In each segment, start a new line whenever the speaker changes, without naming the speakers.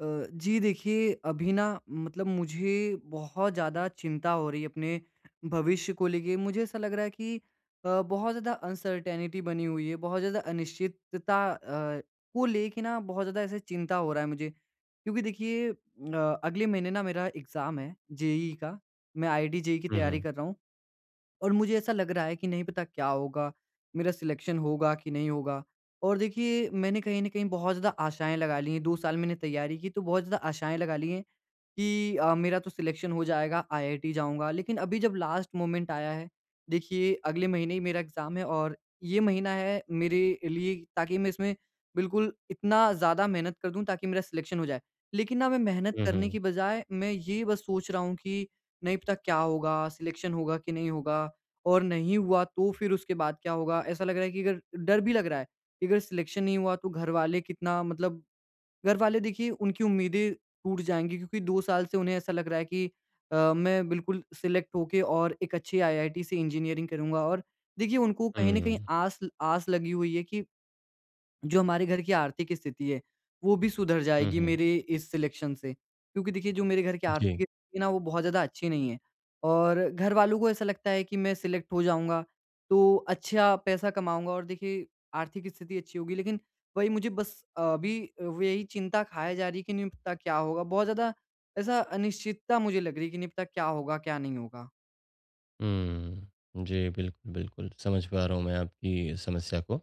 अ, जी देखिए, अभी ना मतलब मुझे बहुत ज़्यादा चिंता हो रही है अपने भविष्य को लेके। मुझे ऐसा लग रहा है कि बहुत ज़्यादा अनसर्टेनिटी बनी हुई है, बहुत ज़्यादा अनिश्चितता को लेके ना बहुत ज़्यादा ऐसे चिंता हो रहा है मुझे। क्योंकि देखिए अगले महीने ना मेरा एग्ज़ाम है जेईई का, मैं आईआईटी जेईई की
हुँ,
तैयारी
हुँ।
कर रहा हूँ। और मुझे ऐसा लग रहा है कि नहीं पता क्या होगा, मेरा सिलेक्शन होगा कि नहीं होगा। और देखिए मैंने कहीं न कहीं बहुत ज़्यादा आशाएँ लगा ली हैं, 2 साल मैंने तैयारी की, तो बहुत ज़्यादा आशाएँ लगा ली हैं कि मेरा तो सिलेक्शन हो जाएगा, आईआईटी जाऊँगा। लेकिन अभी जब लास्ट मोमेंट आया है, देखिए अगले महीने ही मेरा एग्ज़ाम है, और ये महीना है मेरे लिए ताकि मैं इसमें बिल्कुल इतना ज़्यादा मेहनत कर दूँ ताकि मेरा सिलेक्शन हो जाए। लेकिन ना मैं मेहनत
हुँ,
करने
हुँ।
की बजाय मैं ये बस सोच रहा हूँ कि नहीं पता क्या होगा, सिलेक्शन होगा कि नहीं होगा। और नहीं हुआ तो फिर उसके बाद क्या होगा? ऐसा लग रहा है कि अगर डर भी लग रहा है कि अगर सिलेक्शन नहीं हुआ तो घरवाले कितना मतलब घरवाले, देखिए उनकी उम्मीदें टूट जाएँगी क्योंकि 2 साल से उन्हें ऐसा लग रहा है कि मैं बिल्कुल सिलेक्ट होके और एक अच्छी आईआईटी से इंजीनियरिंग करूँगा, और देखिए उनको कहीं न कहीं
हुँ।
आस आस लगी हुई है कि जो हमारे घर की आर्थिक स्थिति है, वो भी सुधर
हुँ,
जाएगी
हुँ।
मेरे इस सिलेक्शन से। क्योंकि देखिए, जो मेरे घर की
जी।
आर्थिक स्थिति है ना, वो बहुत ज़्यादा अच्छी नहीं है। और घरवालों को ऐसा लगता है कि मैं सिलेक्ट हो जाऊँगा, तो अच्छा पैसा कमाऊँगा, और देखिए आर्थिक स्थिति अच्छी होगी। लेकिन वही मुझे बस अभी वो यही चिंता खाए जा रही है कि नहीं पता क्या होगा? बहुत ज़्यादा ऐसा अनिश्चितता मुझे लग रही है कि नहीं पता क्या होगा, क्या नहीं होगा?
हुँ। जी, बिल्कुल, बिल्कुल। समझ पा रहा हूँ मैं आपकी समस्या को।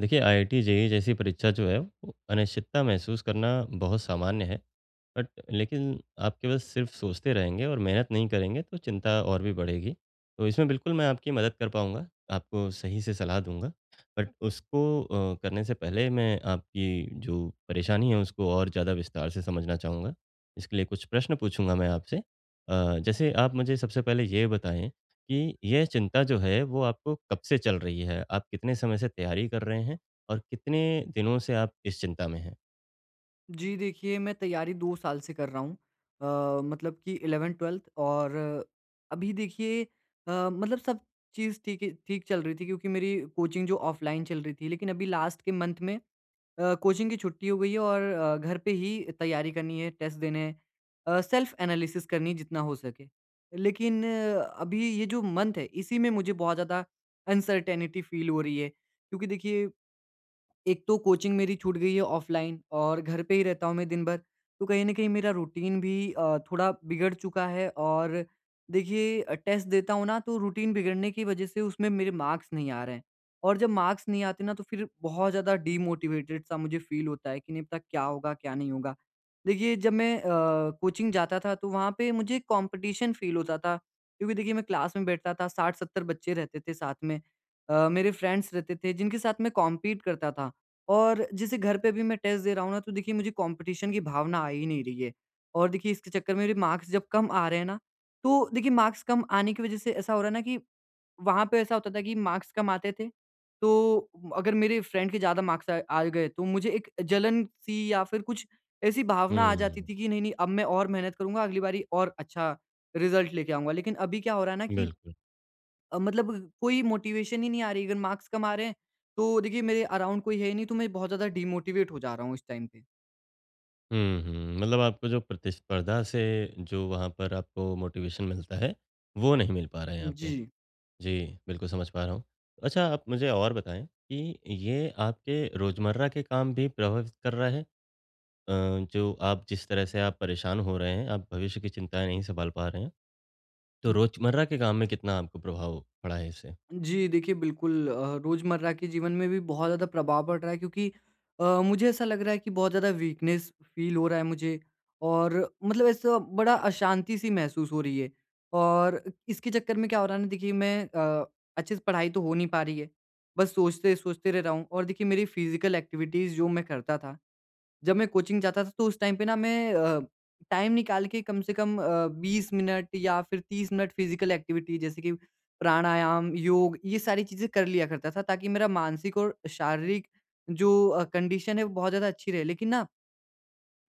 देखिए आईआईटी, जेईई जैसी परीक्षा जो है, वो अनिश्चितता महसूस करना बहुत सामान्य है। बट लेकिन आप केवल सिर्फ सोचते रहेंगे और मेहनत नहीं करेंगे तो चिंता और भी बढ़ेगी। तो इसमें बिल्कुल मैं आपकी मदद कर पाऊँगा, आपको सही से सलाह दूँगा। बट उसको करने से पहले मैं आपकी जो परेशानी है उसको और ज़्यादा विस्तार से समझना चाहूँगा। इसके लिए कुछ प्रश्न पूछूँगा मैं आपसे। जैसे आप मुझे सबसे पहले ये बताएँ कि यह चिंता जो है वो आपको कब से चल रही है? आप कितने समय से तैयारी कर रहे हैं और कितने दिनों से आप इस चिंता में हैं?
जी, देखिए मैं तैयारी 2 साल से कर रहा हूँ, मतलब कि 11th-12th। और अभी देखिए, मतलब सब चीज़ ठीक है, ठीक चल रही थी क्योंकि मेरी कोचिंग जो ऑफ़लाइन चल रही थी, लेकिन अभी लास्ट के मंथ में कोचिंग की छुट्टी हो गई है, और घर पे ही तैयारी करनी है, टेस्ट देने हैं, सेल्फ़ एनालिसिस करनी है जितना हो सके। लेकिन अभी ये जो मंथ है, इसी में मुझे बहुत ज़्यादा अनसर्टेनिटी फ़ील हो रही है क्योंकि देखिए एक तो कोचिंग मेरी छूट गई है ऑफलाइन, और घर पे ही रहता हूँ मैं दिन भर। तो कहीं न कहीं मेरा रूटीन भी थोड़ा बिगड़ चुका है। और देखिए टेस्ट देता हूँ ना, तो रूटीन बिगड़ने की वज़ह से उसमें मेरे मार्क्स नहीं आ रहे हैं। और जब मार्क्स नहीं आते ना, तो फिर बहुत ज़्यादा डीमोटिवेटेड सा मुझे फ़ील होता है कि नहीं पता क्या होगा, क्या नहीं होगा। देखिए जब मैं कोचिंग जाता था, तो वहाँ पे मुझे कॉम्पिटिशन फ़ील होता था, क्योंकि देखिए मैं क्लास में बैठता था, 60-70 बच्चे रहते थे साथ में। मेरे फ्रेंड्स रहते थे जिनके साथ मैं कॉम्पीट करता था। और जैसे घर पे भी मैं टेस्ट दे रहा हूँ ना, तो देखिए मुझे कॉम्पिटिशन की भावना आ ही नहीं रही है। और देखिए इसके चक्कर में मेरे मार्क्स जब कम आ रहे हैं ना, तो देखिए मार्क्स कम आने की वज़ह से ऐसा हो रहा है ना, कि वहाँ पे ऐसा होता था कि मार्क्स कम आते थे, तो अगर मेरे फ्रेंड के ज़्यादा मार्क्स आ आ गए, तो मुझे एक जलन-सी या फिर कुछ ऐसी भावना आ जाती
हुँ,
थी कि नहीं, नहीं अब मैं और मेहनत करूँगा, अगली बारी और अच्छा रिज़ल्ट लेके आऊँगा। लेकिन अभी क्या हो रहा है ना, कि
बिल्कुल।
मतलब कोई मोटिवेशन ही नहीं आ रही। अगर मार्क्स कम आ रहे हैं, तो देखिए मेरे अराउंड कोई है ही नहीं, तो मैं बहुत ज़्यादा डीमोटिवेट हो जा रहा हूँ इस टाइम पे।
हुँ, हुँ। मतलब आपको जो प्रतिस्पर्धा से जो वहाँ पर आपको मोटिवेशन मिलता है, वो नहीं मिल पा रहा है यहाँ पे।
जी।
जी, बिल्कुल समझ पा रहा हूँ। अच्छा आप मुझे और बताएँ कि ये आपके रोज़मर्रा के काम भी प्रभावित कर रहा है? अ, जो आप जिस तरह से आप परेशान हो रहे हैं, आप भविष्य की चिंताएँ नहीं सँभाल पा रहे हैं, तो
हुँ,
रोज़मर्रा के काम में कितना आपको प्रभाव पड़ा है इससे?
जी, देखिए बिल्कुल रोज़मर्रा के जीवन में भी बहुत ज़्यादा प्रभाव पड़ रहा है क्योंकि मुझे ऐसा लग रहा है कि बहुत ज़्यादा वीकनेस फ़ील हो रहा है मुझे, और मतलब ऐसा बड़ा अशांति सी महसूस हो रही है। और इसके चक्कर में क्या हो रहा है ना, देखिए मैं अच्छे से पढ़ाई तो हो नहीं पा रही है। बस सोचते-सोचते रह रहा हूँ, और देखिए मेरी फ़िज़िकल एक्टिविटीज़ जो मैं करता था जब मैं कोचिंग जाता था, तो उस टाइम पे ना मैं टाइम निकाल के कम से कम 20 मिनट या फिर 30 मिनट फिजिकल एक्टिविटी जैसे कि प्राणायाम, योग, ये सारी चीज़ें कर लिया करता था, ताकि मेरा मानसिक और शारीरिक जो कंडीशन है, वो बहुत ज़्यादा अच्छी रहे। लेकिन ना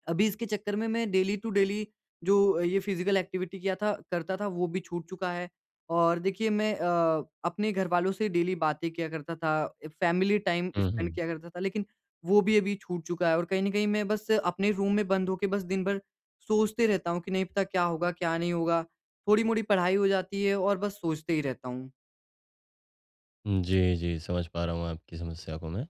अभी इसके चक्कर में मैं डेली टू डेली जो ये फिज़िकल एक्टिविटी किया था करता था, वो भी छूट चुका है। और देखिए मैं अपने घरवालों से डेली बातें किया करता था, फैमिली टाइम
हुँ,
स्पेंड
हुँ।
किया करता था, लेकिन वो भी अभी छूट चुका है, और कहीं न कहीं मैं बस अपने रूम में बंद होके बस दिन भर सोचते रहता हूँ कि नहीं पता क्या होगा, क्या नहीं होगा। थोड़ी-मोड़ी पढ़ाई हो जाती है, और बस सोचते ही रहता हूँ।
जी, जी, समझ पा रहा हूँ आपकी समस्या को मैं।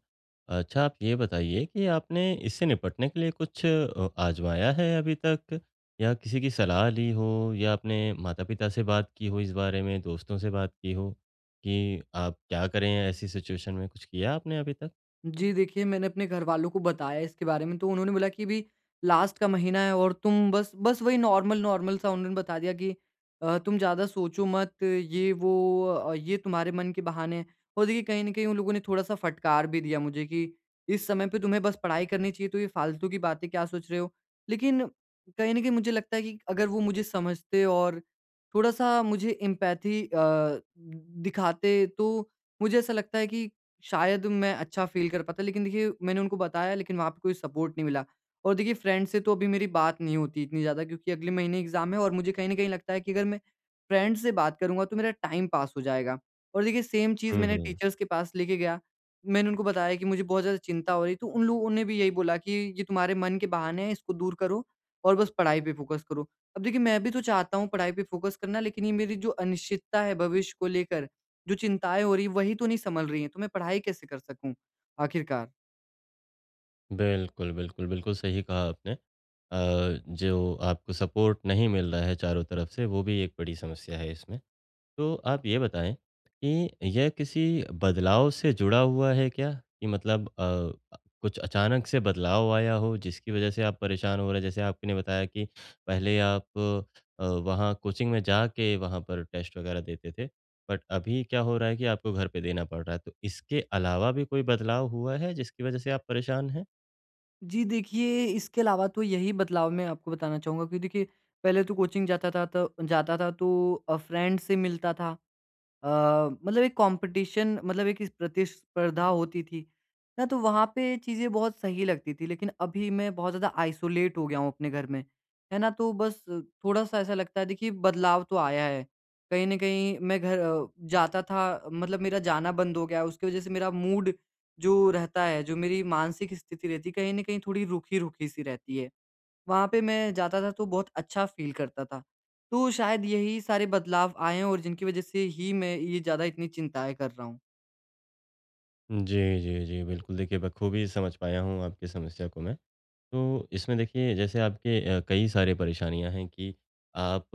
अच्छा आप ये बताइए कि आपने इससे निपटने के लिए कुछ आज़माया है अभी तक? या किसी की सलाह ली हो या आपने माता-पिता से बात की हो इस बारे में, दोस्तों से बात की हो कि आप क्या करें ऐसी सिचुएशन में? कुछ किया आपने अभी तक?
जी, देखिए मैंने अपने घरवालों को बताया इसके बारे में, तो उन्होंने बोला कि अभी लास्ट का महीना है, और तुम बस बस वही नॉर्मल-नॉर्मल सा उन्होंने बता दिया कि तुम ज़्यादा सोचो मत, ये वो ये तुम्हारे मन के बहाने हैं। और देखिए कहीं न कहीं उन लोगों ने थोड़ा-सा फटकार भी दिया मुझे कि इस समय पे तुम्हें बस पढ़ाई करनी चाहिए, तो ये फालतू की बातें क्या सोच रहे हो? लेकिन कहीं न कहीं मुझे लगता है कि अगर वो मुझे समझते और थोड़ा-सा मुझे एम्पैथी दिखाते, तो मुझे ऐसा लगता है कि शायद मैं अच्छा फ़ील कर पाता। लेकिन देखिए मैंने उनको बताया, लेकिन वहाँ पे कोई सपोर्ट नहीं मिला। और देखिए फ्रेंड से तो अभी मेरी बात नहीं होती इतनी ज़्यादा, क्योंकि अगले महीने एग्ज़ाम है, और मुझे कहीं न कहीं लगता है कि अगर मैं फ्रेंड से बात करूँगा तो मेरा टाइम पास हो जाएगा। और देखिए सेम चीज़
हुँ,
मैंने
हुँ।
टीचर्स के पास लेके गया। मैंने उनको बताया कि मुझे बहुत ज़्यादा चिंता हो रही है, तो उन लोगों ने भी यही बोला कि ये तुम्हारे मन के बहाने हैं, इसको दूर करो और बस पढ़ाई पे फ़ोकस करो। अब देखिए मैं भी तो चाहता हूँ पढ़ाई पे फ़ोकस करना, लेकिन ये मेरी जो अनिश्चितता है भविष्य को लेकर, जो चिंताएँ हो रही हैं, वही तो नहीं सँभल रही हैं, तो मैं पढ़ाई कैसे कर सकूँ आखिरकार?
बिल्कुल, बिल्कुल, बिल्कुल सही कहा आपने। जो आपको सपोर्ट नहीं मिल रहा है चारों तरफ से वो भी एक बड़ी समस्या है इसमें। तो आप ये बताएँ कि यह किसी बदलाव से जुड़ा हुआ है क्या? कि मतलब कुछ अचानक से बदलाव आया हो जिसकी वज़ह से आप परेशान हो रहे हैं? जैसे आपने बताया कि पहले आप वहाँ कोचिंग में जाके वहाँ पर टेस्ट वग़ैरह देते थे, बट अभी क्या हो रहा है कि आपको घर पे देना पड़ रहा है। तो इसके अलावा भी कोई बदलाव हुआ है जिसकी वज़ह से आप परेशान हैं?
जी, देखिए इसके अलावा तो यही बदलाव मैं आपको बताना चाहूँगा कि देखिए, पहले तो कोचिंग जाता था तो फ्रेंड से मिलता था। अ, मतलब एक कॉम्पिटिशन, मतलब एक इस प्रतिस्पर्धा होती थी ना, तो वहाँ पे चीज़ें बहुत सही लगती थी। लेकिन अभी मैं बहुत ज़्यादा आइसोलेट हो गया हूँ अपने घर में, है ना? तो बस थोड़ा-सा ऐसा लगता है, देखिए बदलाव तो आया है। कहीं न कहीं मैं घर जाता था, मतलब मेरा जाना बंद हो गया है, उसकी वज़ह से मेरा मूड जो रहता है, जो मेरी मानसिक स्थिति रहती है, कहीं न कहीं थोड़ी रूखी-रूखी सी रहती है। वहाँ पे मैं जाता था तो बहुत अच्छा फ़ील करता था। तो शायद यही सारे बदलाव आए हैं, और जिनकी वज़ह से ही मैं ये ज़्यादा इतनी चिंताएँ कर रहा हूँ।
जी, जी, जी। बिल्कुल, देखिए बखूबी समझ पाया हूँ आपकी समस्या को मैं। तो इसमें देखिए जैसे आपके कई सारे परेशानियाँ हैं कि आप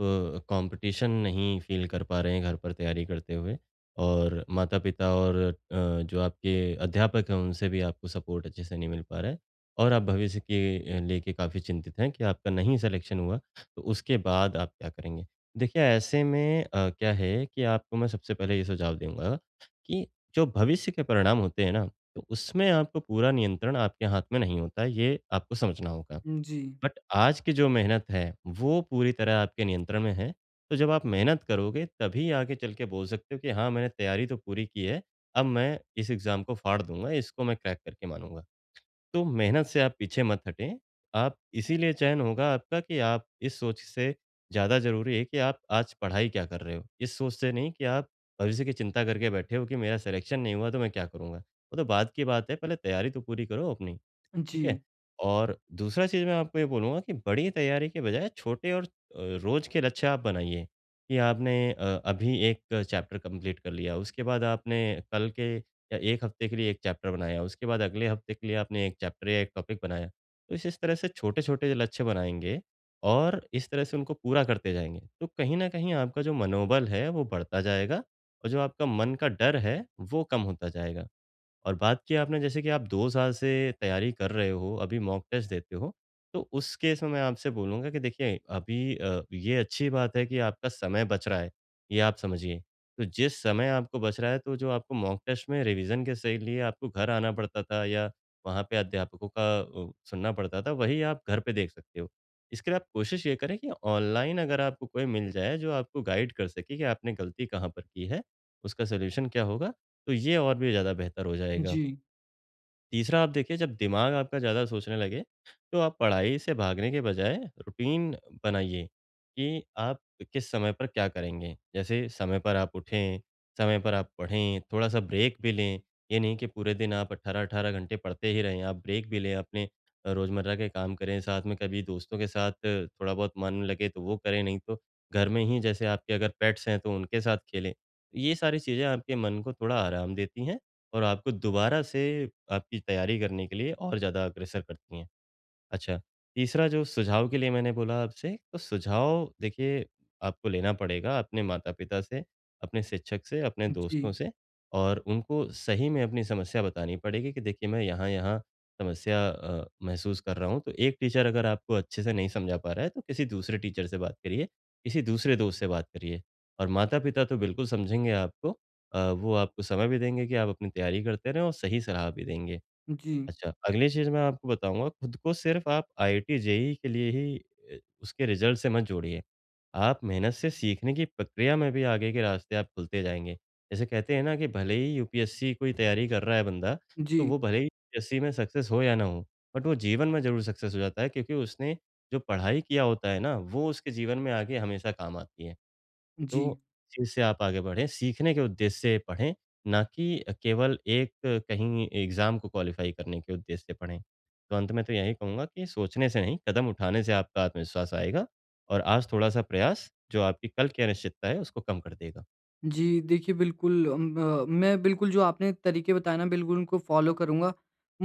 कंपटीशन नहीं फ़ील कर पा रहे हैं घर पर तैयारी करते हुए और माता-पिता और जो आपके अध्यापक हैं उनसे भी आपको सपोर्ट अच्छे से नहीं मिल पा रहा है और आप भविष्य के लेके काफ़ी चिंतित हैं कि आपका नहीं सिलेक्शन हुआ तो उसके बाद आप क्या करेंगे? देखिए ऐसे में क्या है कि आपको मैं सबसे पहले ये सुझाव दूँगा कि जो भविष्य के परिणाम होते हैं ना तो उसमें आपको पूरा नियंत्रण आपके हाथ में नहीं होता, ये आपको समझना होगा।
जी,
बट आज की जो मेहनत है, वो पूरी तरह आपके नियंत्रण में है। तो जब आप मेहनत करोगे, तभी आगे चल के बोल सकते हो कि हाँ, मैंने तैयारी तो पूरी की है, अब मैं इस एग्ज़ाम को फाड़ दूँगा, इसको मैं क्रैक करके मानूँगा। तो मेहनत से आप पीछे मत हटें। आप इसीलिए चयन होगा आपका कि आप इस सोच से ज़्यादा ज़रूरी है कि आप आज पढ़ाई क्या कर रहे हो? इस सोच से नहीं कि आप भविष्य की चिंता करके बैठे हो कि मेरा सिलेक्शन नहीं हुआ तो मैं क्या करूँगा? वो तो बाद की बात है, पहले तैयारी तो पूरी करो अपनी। ठीक है?
जी,
और दूसरा चीज़ मैं आपको ये बोलूँगा कि बड़ी तैयारी के बजाय छोटे और रोज़ के लक्ष्य आप बनाइए कि आपने अभी एक चैप्टर कंप्लीट कर लिया, उसके बाद आपने कल के या 1 हफ्ते के लिए 1 चैप्टर बनाया, उसके बाद अगले हफ्ते के लिए आपने 1 चैप्टर या 1 टॉपिक बनाया। तो इस तरह से छोटे-छोटे लक्ष्य बनाएँगे और इस तरह से उनको पूरा करते जाएँगे, तो कहीं न कहीं आपका जो मनोबल है, वो बढ़ता जाएगा और जो आपका मन का डर है, वो कम होता जाएगा। और बात की आपने जैसे कि आप 2 साल से तैयारी कर रहे हो, अभी मॉक टेस्ट देते हो, तो उस केस में मैं आपसे बोलूँगा कि देखिए अभी ये अच्छी बात है कि आपका समय बच रहा है, ये आप समझिए। तो जिस समय आपको बच रहा है तो जो आपको मॉक टेस्ट में रिवीज़न के से लिए आपको घर आना पड़ता था या वहाँ पे अध्यापकों का सुनना पड़ता था, वही आप घर पे देख सकते हो। इसके लिए आप कोशिश ये करें कि ऑनलाइन अगर आपको कोई मिल जाए जो आपको गाइड कर सके कि आपने गलती कहाँ पर की है, उसका सॉल्यूशन क्या होगा तो ये और भी ज़्यादा बेहतर हो जाएगा।
जी,
तीसरा आप देखिए जब दिमाग आपका ज़्यादा सोचने लगे, तो आप पढ़ाई से भागने के बजाय रूटीन बनाइए कि आप किस समय पर क्या करेंगे। जैसे समय पर आप उठें, समय पर आप पढ़ें, थोड़ा-सा ब्रेक भी लें। ये नहीं कि पूरे दिन आप 18-18 घंटे पढ़ते ही रहें, आप ब्रेक भी लें, अपने रोज़मर्रा के काम करें, साथ में कभी दोस्तों के साथ थोड़ा बहुत मन लगे तो वो करें, नहीं तो घर में ही जैसे आपके अगर पेट्स हैं तो उनके साथ खेलें। ये सारी चीज़ें आपके मन को थोड़ा आराम देती हैं। और आपको दोबारा से आपकी तैयारी करने के लिए और ज़्यादा अग्रसर करती हैं। अच्छा, तीसरा जो सुझाव के लिए मैंने बोला आपसे, तो सुझाव देखिए आपको लेना पड़ेगा अपने माता-पिता से, अपने शिक्षक से, अपने दोस्तों
जी,
से और उनको सही में अपनी समस्या बतानी पड़ेगी कि देखिए मैं यहाँ-यहाँ समस्या महसूस कर रहा हूँ। तो एक टीचर अगर आपको अच्छे से नहीं समझा पा रहा है, तो किसी दूसरे टीचर से बात करिए, किसी दूसरे दोस्त से बात करिए और माता-पिता तो बिल्कुल समझेंगे आपको। वो आपको समय भी देंगे कि आप अपनी तैयारी करते रहें और सही सलाह भी देंगे।
जी,
अच्छा, अगली चीज़ मैं आपको बताऊँगा, खुद को सिर्फ़ आप आईआईटी, जेईई के लिए ही अ, उसके रिज़ल्ट से मत जोड़िए। आप मेहनत से सीखने की प्रक्रिया में भी आगे के रास्ते आप खुलते जाएँगे। जैसे कहते हैं ना कि भले ही यूपीएससी कोई तैयारी कर रहा है बंदा, तो
जी,
वो भले ही यूपीएससी में सक्सेस हो या ना हो, बट वो जीवन में ज़रूर सक्सेस हो जाता है क्योंकि उसने जो पढ़ाई किया होता है ना, वो उसके जीवन में आगे हमेशा काम आती है। तो
जी,
चीज़ से आप आगे बढ़ें, सीखने के उद्देश्य से पढ़ें, ना कि केवल एक कहीं एग्ज़ाम को क्वालीफ़ाई करने के उद्देश्य से पढ़ें। तो अंत में तो यही कहूँगा कि सोचने से नहीं, कदम उठाने से आपका आत्मविश्वास आएगा और आज थोड़ा-सा प्रयास जो आपकी कल की अनिश्चितता है, उसको कम कर देगा।
जी। देखिए बिल्कुल मैं बिल्कुल जो आपने तरीके बताए ना, बिल्कुल उनको फ़ॉलो करूँगा।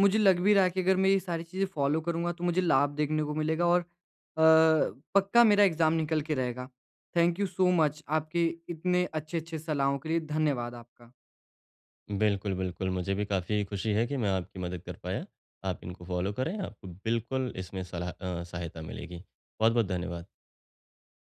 मुझे लग भी रहा है कि अगर मैं ये सारी चीज़ें फ़ॉलो करूँगा तो मुझे लाभ देखने को मिलेगा, और पक्का मेरा एग्ज़ाम निकल के रहेगा। थैंक यू सो मच, आपके इतने अच्छे-अच्छे सलाहों के लिए धन्यवाद आपका।
बिल्कुल, बिल्कुल, मुझे भी काफ़ी खुशी है कि मैं आपकी मदद कर पाया। आप इनको फ़ॉलो करें, आपको बिल्कुल इसमें सलाह सहायता मिलेगी। बहुत-बहुत धन्यवाद।